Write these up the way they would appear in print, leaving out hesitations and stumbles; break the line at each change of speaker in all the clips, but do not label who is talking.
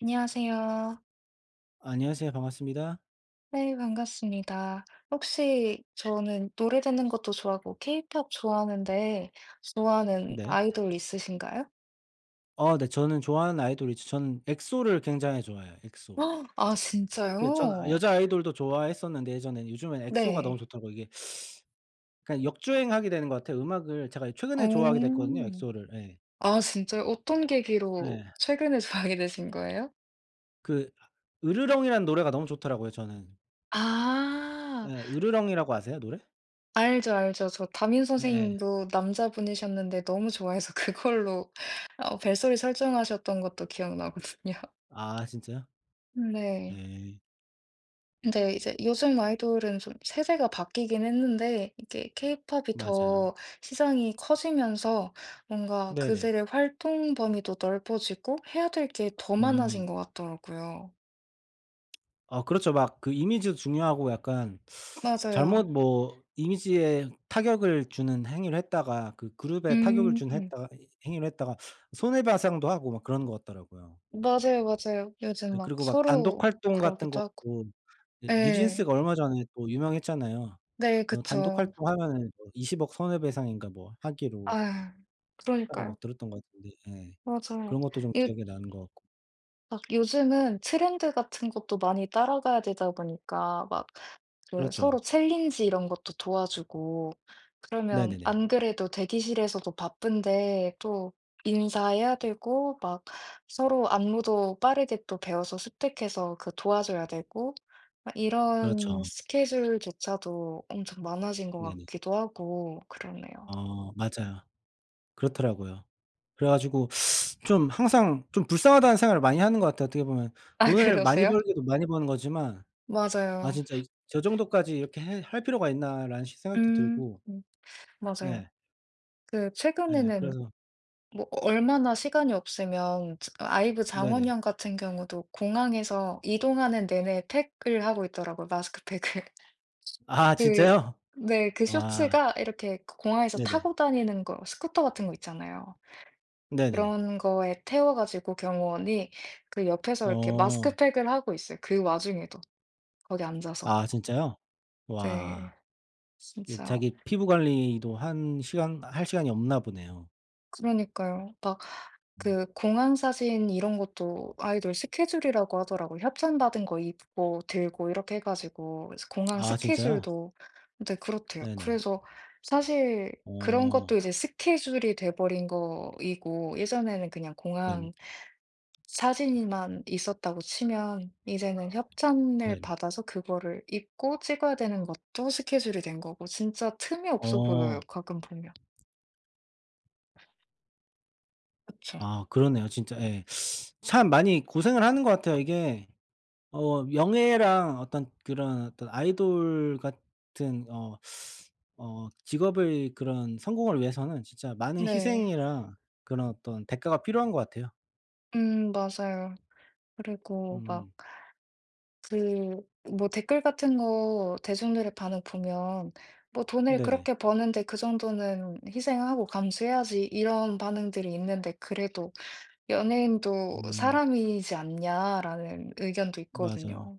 안녕하세요.
안녕하세요. 반갑습니다.
네, 반갑습니다. 혹시 저는 노래 듣는 것도 좋아하고 케이팝 좋아하는데 좋아하는
네.
아이돌 있으신가요?
네. 저는 좋아하는 아이돌이죠. 저는 엑소를 굉장히 좋아해요, 엑소.
헉, 아
그 전
진짜요?
여자 아이돌도 좋아했었는데 예전에는 요즘엔 엑소가 너무
네.
좋더라고요. 이게 그러니까 역주행하게 되는 것 같아요. 음악을 제가 최근에 좋아하게 됐거든요,
오
엑소를. 예.
아 진짜요? 어떤 계기로
예.
최근에 좋아하게 되신 거예요?
그 으르렁이라는 노래가 너무 좋더라고요, 저는.
아.
예. 으르렁이라고 아세요, 노래?
알죠, 알죠. 저 담임
예예.
선생님도 남자분이셨는데 너무 좋아해서 그걸로 어 벨소리 설정하셨던 것도 기억나거든요.
아 진짜요?
네.
예.
근데 이제 요즘 아이돌은 좀 세대가 바뀌긴 했는데 이게 케이팝이
맞아요.
더 시장이 커지면서 뭔가
네네.
그들의 활동 범위도 넓어지고 해야 될 게 더 많아진
음.
것 같더라고요.
아 그렇죠. 막 그 이미지도 중요하고 약간
맞아요.
잘못 뭐 이미지에 타격을 주는 행위를 했다가 그 그룹에 타격을
음.
준
음.
했다가 이 행위를 했다가 손해배상도 하고 막 그런 것 같더라고요.
맞아요, 맞아요. 요즘
예
막
그리고 막 단독
서로
활동 같은
그러기도
것도
하고.
예
네,
뉴진스가 얼마 전에 또 유명했잖아요.
네
뭐 단독
그쵸.
활동하면은 뭐 20억 손해배상인가 뭐 하기로
아
했다고
그러니까요.
막 들었던 것 같은데 예.
맞아요.
그런 것도 좀
이
기억에 나는 것 같고.
막 요즘은 트렌드 같은 것도 많이 따라가야 되다 보니까 막 그
그렇죠.
서로 챌린지 이런 것도 도와주고 그러면
네네네.
안 그래도 대기실에서도 바쁜데 또 인사해야 되고 막 서로 안무도 빠르게 또 배워서 습득해서 그 도와줘야 되고 막
그렇죠.
이런 스케줄조차도 엄청 많아진 것
네네.
같기도 하고 그러네요.
어 맞아요. 그렇더라고요. 그래 가지고 좀 항상 좀 불쌍하다는 생각을 많이 하는 것 같아요 어떻게 보면.
아
돈을 많이
그러세요?
벌기도 많이 버는 거지만 '아
맞아요.
진짜 이 저 정도까지 이렇게 해 할 필요가 있나.'라는 시 생각도
음.
들고
맞아요.
예.
그
예.
최근에는
그래서
뭐 얼마나 시간이 없으면 자 아이브
네네.
장원영 같은 경우도 공항에서 이동하는 내내 팩을 하고 있더라고요, 마스크팩을.
아
그
진짜요?
네 그
와.
쇼츠가 이렇게 그 공항에서
네네.
타고 다니는 거 스쿠터 같은 거 있잖아요.
네네.
그런 거에 태워 가지고 경호원이 그 옆에서 이렇게
어.
마스크팩을 하고 있어요, 그 와중에도 거기 앉아서.
아 진짜요?
네.
와. 그
진짜
자기 피부 관리도 1시간 할 시간이 없나 보네요.
그러니까요. 막
음.
그 공항 사진 이런 것도 아이돌 스케줄이라고 하더라고요. 협찬받은 거 입고 들고 이렇게 해 가지고 그래서 공항
아 진짜요?
스케줄도 근데 그렇대요.
네네.
그래서 사실 그런 것도
어.
이제 스케줄이 돼 버린 거이고 예전에는 그냥
네네.
공항 사진만 있었다고 치면 이제는 협찬을
네네.
받아서 그거를 입고 찍어야 되는 것도 스케줄이 된 거고 진짜 틈이 없어 보여요,
어.
가끔 보면. 그쵸.
아 그러네요 진짜 예. 참 많이 고생을 하는 것 같아요. 이게 명예랑 어떤 그런 어떤 아이돌 같은 직업의 그런 성공을 위해서는 진짜 많은
네.
희생이랑 그런 어떤 대가가 필요한 것 같아요.
맞아요. 그리고 막
음
그 뭐 댓글 같은 거 대중들의 반응 보면 뭐 "돈을
네네.
그렇게 버는데 그 정도는 희생하고 감수해야지." 이런 반응들이 있는데 그래도 "연예인도
음
사람이지 않냐?"라는 의견도
맞아요.
있거든요.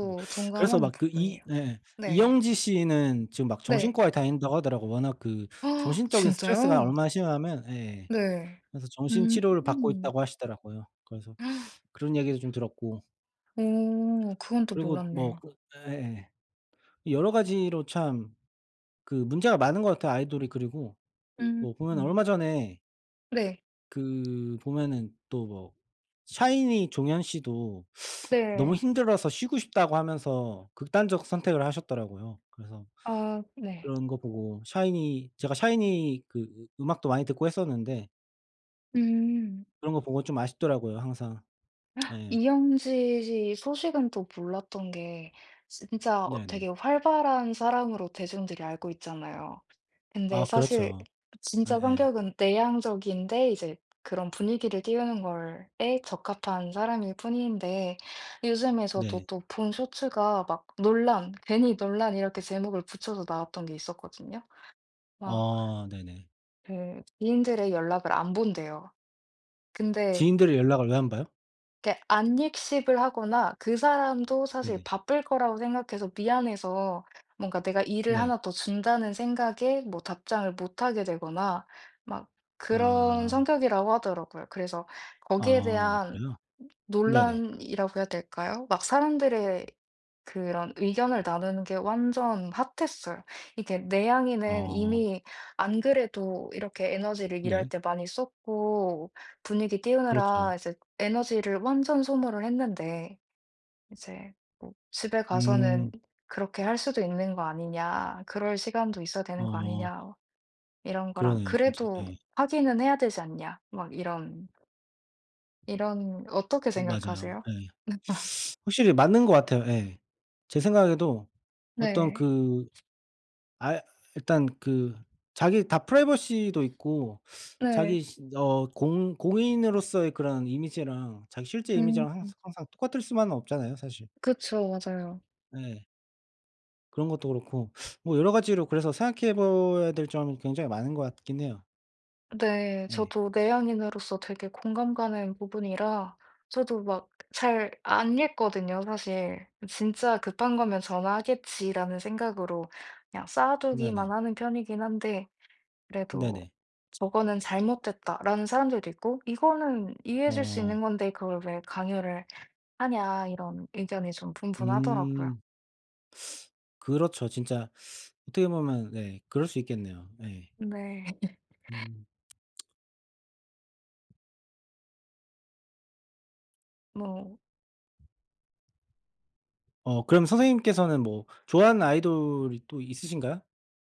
네. 그래서
동감하는
막 그 이
부분이에요.
예
네.
이영지 씨는 지금 막
네.
정신과에 다닌다고 하더라고요. 워낙 그
아
정신적인 스트레스가
진짜요?
얼마나 심하면 예.
네.
그래서 정신
음.
치료를 받고 있다고 하시더라고요. 그래서 그런 이야기도 좀 들었고
오 그건 또
그리고 뭐
몰랐네요.
그 예예. 여러 가지로 참 그 문제가 많은 것 같아요 아이돌이. 그리고
음.
뭐 보면
음.
얼마 전에
네.
그 보면은 또 뭐 샤이니 종현 씨도 너무
네.
힘들어서 쉬고 싶다고 하면서 극단적 선택을 하셨더라고요. 그래서
아 네.
그런 거 보고 샤이니 제가 샤이니 그 음악도 많이 듣고 했었는데
음.
그런 거 보고 좀 아쉽더라고요 항상. 예.
이영지 씨 소식은 또 몰랐던 게 진짜 어
네네.
되게 활발한 사람으로 대중들이 알고 있잖아요. 근데
아
사실
그렇죠.
진짜
예예.
성격은 내향적인데 이제 그런 분위기를 띄우는 걸에 적합한 사람일 뿐인데 요즘에 저도
네.
또 본 쇼츠가 막 논란, 괜히 논란 이렇게 제목을 붙여서 나왔던 게 있었거든요. 막
어 네네.
그 지인들의 연락을 안 본대요. 근데
지인들의 연락을 왜 안 봐요?
이렇게 안익씹을 하거나 그 사람도 사실
네네.
바쁠 거라고 생각해서 미안해서 뭔가 내가 일을
네.
하나 더 준다는 생각에 뭐 답장을 못 하게 되거나 막 그런
아.
성격이라고 하더라고요. 그래서 거기에
아 네
대한
그래요? 네네.
논란이라고 해야 될까요? 막 사람들의 그런 의견을 나누는 게 완전 핫했어요. 이게 내향인은
어
이미 안 그래도 이렇게 에너지를 일할
네.
때 많이 썼고 분위기
그렇죠.
띄우느라 이제 에너지를 완전 소모를 했는데 이제 뭐 집에 가서는
음.
'그렇게 할 수도 있는 거 아니냐. 그럴 시간도 있어야 되는 거
어
아니냐.' 이런 거랑
그러네요 진짜.
'그래도
예.
하기는 해야 되지 않냐.' 막 이런, 이런 어떻게
그 맞아요.
생각하세요?
예. 확실히 맞는 것 같아요. 예. 제 생각에도 어떤
네.
그 아 일단 그 자기 다 프라이버시도 있고 자기
네.
시 어 공 공인으로서의 그런 이미지랑 자기 실제 이미지랑
음.
항상 항상 똑같을 수만은 없잖아요 사실.
그쵸. 맞아요.
예. 그런 것도 그렇고 뭐 여러 가지로 그래서 생각해 봐야 될 점이 굉장히 많은 것 같긴 해요.
네.
예.
저도 내향인으로서 되게 공감 가는 부분이라 저도 막 잘 안 읽거든요 사실. '진짜 급한 거면 전화하겠지.'라는 생각으로 그냥 쌓아두기만
네네.
하는 편이긴 한데 그래도
네네.
'저거는 잘못됐다.'라는 사람들도 있고 '이거는 이해해 줄 수 있는
어.
건데 그걸 왜 강요를 하냐.' 이런 의견이 좀 분분하더라고요.
음. 그렇죠. 진짜 어떻게 보면 네 그럴 수 있겠네요. 예.
네.
음.
뭐
그럼 선생님께서는 뭐 좋아하는 아이돌이 또 있으신가요?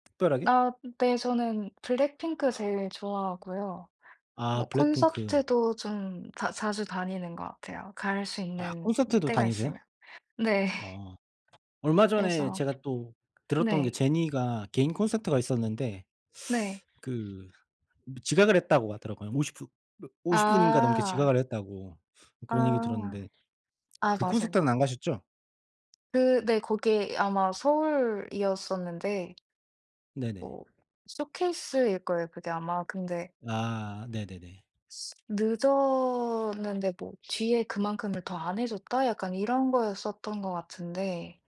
특별하게?
아 네 저는 블랙핑크 제일 좋아하고요.
아
뭐
블랙핑크.
콘서트도 좀 자 자주 다니는 것 같아요, 갈 수
아
있는
콘서트도
때가
다니세요?
있으면. 네.
어. 얼마 전에
그래서
제가 또 들었던 게
네.
제니가 개인 콘서트가 있었는데
네.
그 지각을 했다고 하더라고요. 50분 뭐 50 분인가 넘게
아.
지각을 했다고
아.
그런 얘기 들었는데
아
그
맞아요.
콘서트는 안 가셨죠?
그 네 거기 아마 서울이었었는데
네네.
뭐 쇼케이스일 거예요, 그게 아마. 근데
아 네네네.
"늦었는데 뭐 뒤에 그만큼을 더 안 해 줬다?" 약간 이런 거였었던 것 같은데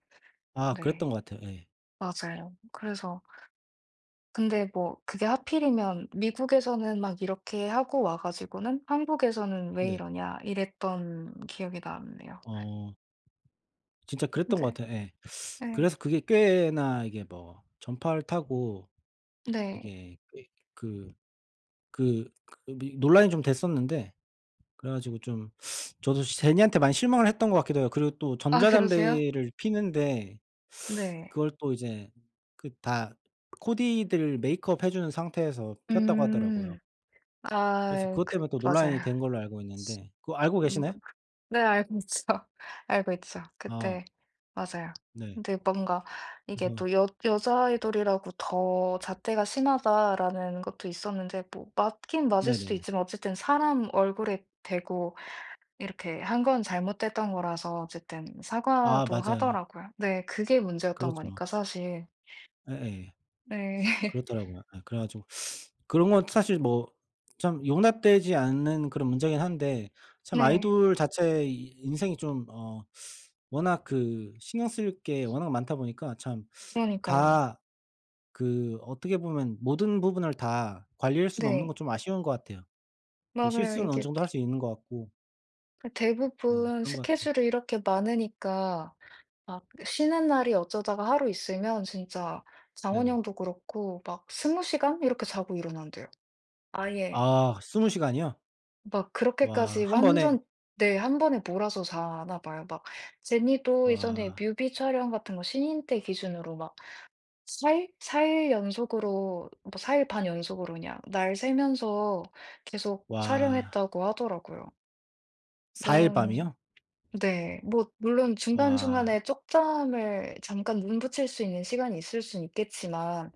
아
네
그랬던 것 같아요. 예.
맞아요. 그래서 근데 뭐 그게 하필이면 미국에서는 막 이렇게 하고 와 가지고는 '한국에서는 왜
네.
이러냐.' 이랬던 기억이 남네요.
어 진짜 그랬던 것
네,
같아요. 예.
네.
그래서 그게 꽤나 이게 뭐 전파를 타고
네.
이게 꽤 그 그 그 미 논란이 좀 됐었는데 그래 가지고 좀 저도 제니한테 많이 실망을 했던 것 같기도 해요. 그리고 또
아 그러세요?
전자담배를 피는데
네.
그걸 또 이제 그 다 코디들 메이크업 해 주는 상태에서 폈다고 하더라고요.
음.
그래서
아
그것
그
때문에 또 논란이
맞아요.
된 걸로 알고 있는데 그거 알고
음
계시나요?
네 알고 있죠. 알고 있죠.
아
그때 맞아요.
네.
근데 뭔가 이게
그래서
또 여 여자 아이돌이라고 더 잣대가 심하다라는 것도 있었는데 뭐 맞긴 맞을 수도
네네네.
있지만 어쨌든 사람 얼굴에 대고 이렇게 한 건 잘못됐던 거라서 어쨌든
아
사과도
맞아요.
하더라고요. 네. 그게 문제였던
그렇죠.
거니까 사실.
예예.
네.
그렇더라고요. 예 그래 가지고 그런 건 사실 뭐 참 용납되지 않는 그런 문제긴 한데 참
네.
아이돌 자체의 이 인생이 좀 워낙 그 신경 쓸 게 워낙 많다 보니까 참
그러니까요.
다 그 어떻게 보면 모든 부분을 다 관리할 수는 없는
네.
건 좀 아쉬운 것 같아요. 그
맞아요.
실수는 어느
이게
정도 할 수 있는 것 같고 네
대부분
그런 것 같아요.
스케줄이 이렇게 많으니까 막 쉬는 날이 어쩌다가 하루 있으면 진짜 장원
네네.
영도 그렇고 막 20 시간 이렇게 자고 일어난대요. 아예
아 스무 시간이요?
막
와
그렇게까지
한 번에
완전 네. 한 번에 몰아서 자나 봐요. 막 제니도 예전에
와
뮤비 촬영 같은 거 신인 때 기준으로 막 4일? 사일 연속으로 뭐 4 일 반 연속으로 그냥 날 세면서 계속
와
촬영했다고 하더라고요.
4일
그런
밤이요?
네. 뭐 물론
와
중간중간에 쪽잠을 잠깐 눈 붙일 수 있는 시간이 있을 순 있겠지만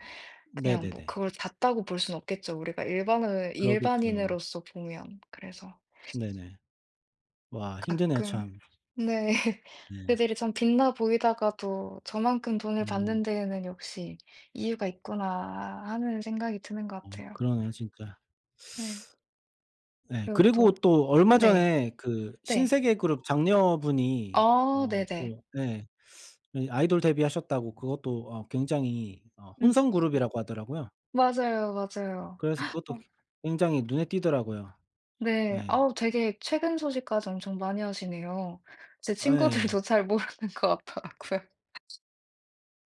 그냥 뭐
네네네.
그걸 잤다고 볼 순 없겠죠, 우리가 일반을
그러겠죠.
일반인으로서 보면. 그래서
네네. 와 힘드네요
가끔
참.
네.
네.
그들이 참 빛나 보이다가도 '저만큼 돈을
음.
받는 데에는 역시 이유가 있구나.' 하는 생각이 드는 것
어
같아요.
그러네요 진짜.
네.
네.
그리고 또
그리고 또 얼마
네.
전에 그
네.
신세계 그룹 장녀분이
아 네네.
또 예. 이 아이돌 데뷔하셨다고 그것도 굉장히
음.
혼성 그룹이라고 하더라고요.
맞아요, 맞아요.
그래서 그것도
어
굉장히 눈에 띄더라고요.
네.
예.
아우 되게 최근 소식까지 엄청 많이 하시네요. 제
예.
친구들도 잘 모르는 것 같더라고요.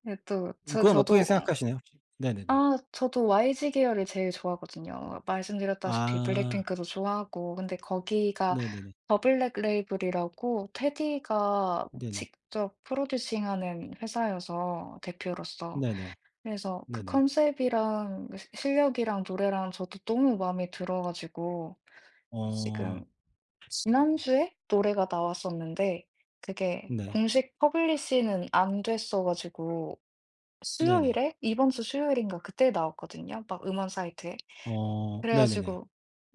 예 또
그건 어떻게
저도
생각하시나요 혹시? 네네네.
아 저도 YG 계열을 제일 좋아하거든요. 말씀드렸다시피
아.
블랙핑크도 좋아하고 근데 거기가
네네네.
더 블랙 레이블이라고 테디가
네네.
직접 프로듀싱하는 회사여서 대표로서
네네.
그래서 그
네네.
컨셉이랑 그 시 실력이랑 노래랑 저도 너무 마음에 들어 가지고
어.
지금 지난주에 노래가 나왔었는데 그게
네.
공식 퍼블리시는 안 됐어 가지고
네네.
수요일에 이번 주 수요일인가 그때 나왔거든요 막 음원 사이트에.
어.
그래
네네네.
가지고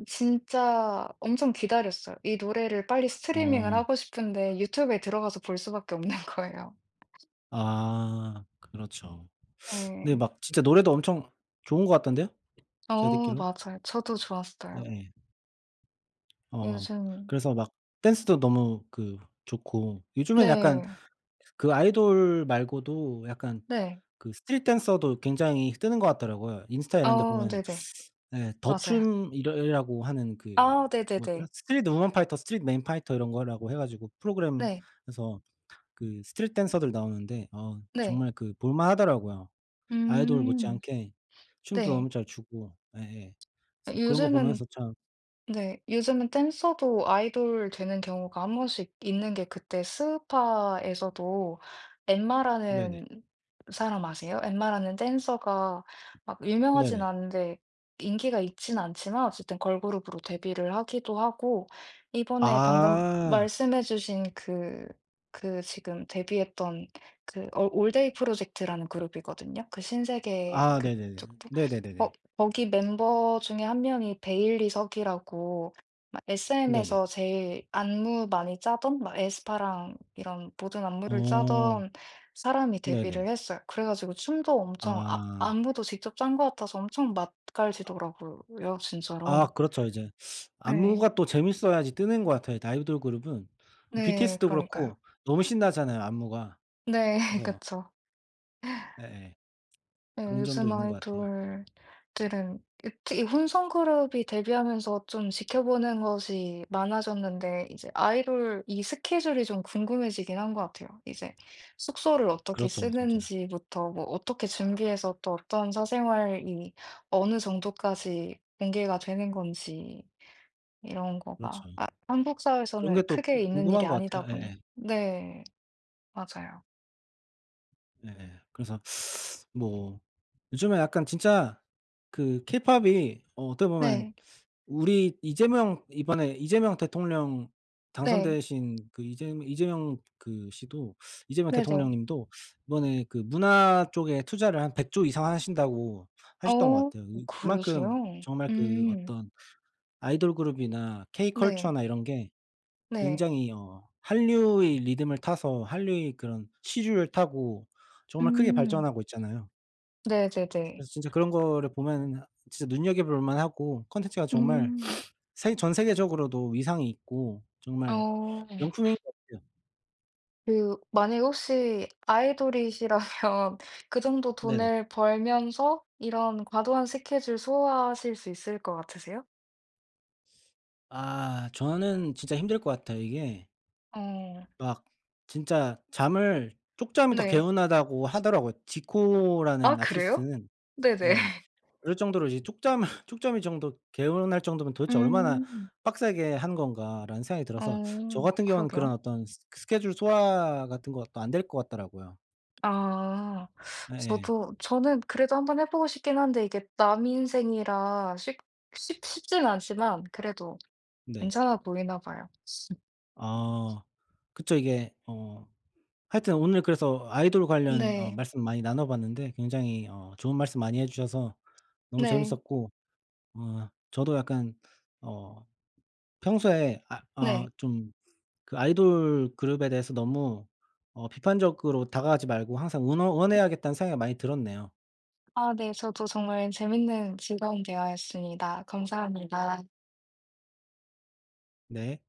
진짜 엄청 기다렸어요. 이 노래를 빨리 스트리밍을
어.
하고 싶은데 유튜브에 들어가서 볼 수밖에 없는 거예요.
아. 그렇죠. 근데
네.
막 진짜 노래도 엄청 좋은 것 같던데요? 제가
어
듣기론
맞아요. 저도 좋았어요.
예예. 어
요즘
그래서 막 댄스도 너무 그 좋고 요즘엔 약간
네.
그 아이돌 말고도 약간
네.
그 스트릿 댄서도 굉장히 뜨는 것 같더라고요. 인스타 이런 데
어
보면
네네.
예
맞아요.
더춤 이러 이라고 하는 그
아
뭐더라?
네네네.
스트릿 우먼 파이터, 스트릿 맨 파이터 이런 거라고 해 가지고
네.
프로그램에서 그 스트릿 댄서들 나오는데
네.
정말 그 볼만 하더라고요. 아이돌
음.
못지않게 춤도
네.
너무 잘 추고 예예. 그래서 그런 거
요즘은
보면서 참
네. 요즘은 댄서도 아이돌 되는 경우가 한 번씩 있는 게 그때 스우파에서도
네네.
엠마라는 사람 아세요? 엠마라는 댄서가 막 유명하진
네네.
않은데 인기가 있진 않지만 어쨌든 걸그룹으로 데뷔를 하기도 하고 이번에 방금
아.
말씀해 주신 그 지금 데뷔했던 그 올데이 프로젝트라는 그룹이거든요. 그 신세계
아 네네네.
그쪽도. 어
네네네네.
거기 멤버 중에 한 명이 베일리 석이라고 막
네네.
SM에서 제일 안무 많이 짜던 막 에스파랑 이런 모든 안무를
어.
짜던 사람이
네네.
데뷔를 했어요. 그래 가지고 춤도 엄청 아
아.
안무도 직접 짠 것 같아서 엄청 맛깔지더라고요
아
진짜로.
그렇죠. 이제
네.
안무가 또 재밌어야지 뜨는 것 같아요. 아이돌 그룹은.
네
BTS도
그러니까요.
그렇고 너무 신나잖아요 안무가.
네
그래서
그쵸.
예예.
네
그런 점도
요즘
있는 것 같아요.
아이돌들은 특히 혼성 그룹이 데뷔하면서 좀 지켜보는 것이 많아졌는데 이제 아이돌 이 스케줄이 좀 궁금해지긴 한 것 같아요. 이제 숙소를 어떻게
그렇죠 진짜.
쓰는지부터 뭐 어떻게 준비해서 또 어떤 사생활이 어느 정도까지 공개가 되는 건지 이런 거가
그렇죠.
아 한국
그런 게
사회에서는
또
크게
궁
있는 일이
궁금한 것
아니다
같아요.
보니
예예.
네 맞아요.
예예. 그래서 뭐 요즘에 약간 진짜 그 케이팝이 어떻게 보면
네.
우리 이재명 이번에 이재명 대통령
네.
당선되신 그 이재명 그 씨도 이재명
네네.
대통령님도 이번에 그 문화 쪽에 투자를 한 100조 이상 하신다고 하셨던 것
어
같아요. 이 그만큼
그러세요?
정말 그
음.
어떤 아이돌 그룹이나
네.
K-컬처나 이런 게
네.
굉장히 한류의 리듬을 타서 한류의 그런 시류를 타고 정말 크게
음.
발전하고 있잖아요.
네네네.
그래서 진짜 그런 거를 보면은 진짜 눈여겨볼 만하고 콘텐츠가 정말
음.
세 전 세계적으로도 위상이 있고 정말
어.
명품인 것 같아요.
그 만약에 혹시 아이돌이시라면 그 정도
네네.
돈을 벌면서 이런 과도한 스케줄 소화하실 수 있을 것 같으세요?
아 저는 진짜 힘들 것 같아요. 이게
어.
막 진짜 잠을 쪽잠이 더
네.
개운하다고 하더라고요.
아
지코라는
그래요?
아티스트는.
네네.
예. 그럴 정도로 이제 '쪽잠을 쪽잠이 정도 개운할 정도면 도대체 얼마나
음.
빡세게 한 건가.'라는 생각이 들어서 저
어
같은 경우는 그런
그러게요.
어떤 스 그 스케줄 소화 같은 것도 안 될 것 같더라고요.
아.
예예.
저도 저는 그래도 한번 해 보고 싶긴 한데 이게 남 인생이라 쉽 쉽 쉽진 않지만 그래도
네.
괜찮아 보이나 봐요.
아 그쵸. 이게 하여튼 오늘 그래서 아이돌 관련
네.
말씀 많이 나눠 봤는데 굉장히 좋은 말씀 많이 해 주셔서 너무
네.
재밌었고 어 저도 약간 어 평소에
네.
좀 그 아이돌 그룹에 대해서 너무 비판적으로 다가가지 말고 항상 응원해야겠다는 생각이 많이 들었네요.
아 네. 저도 정말 재밌는 즐거운 대화였습니다. 감사합니다.
네.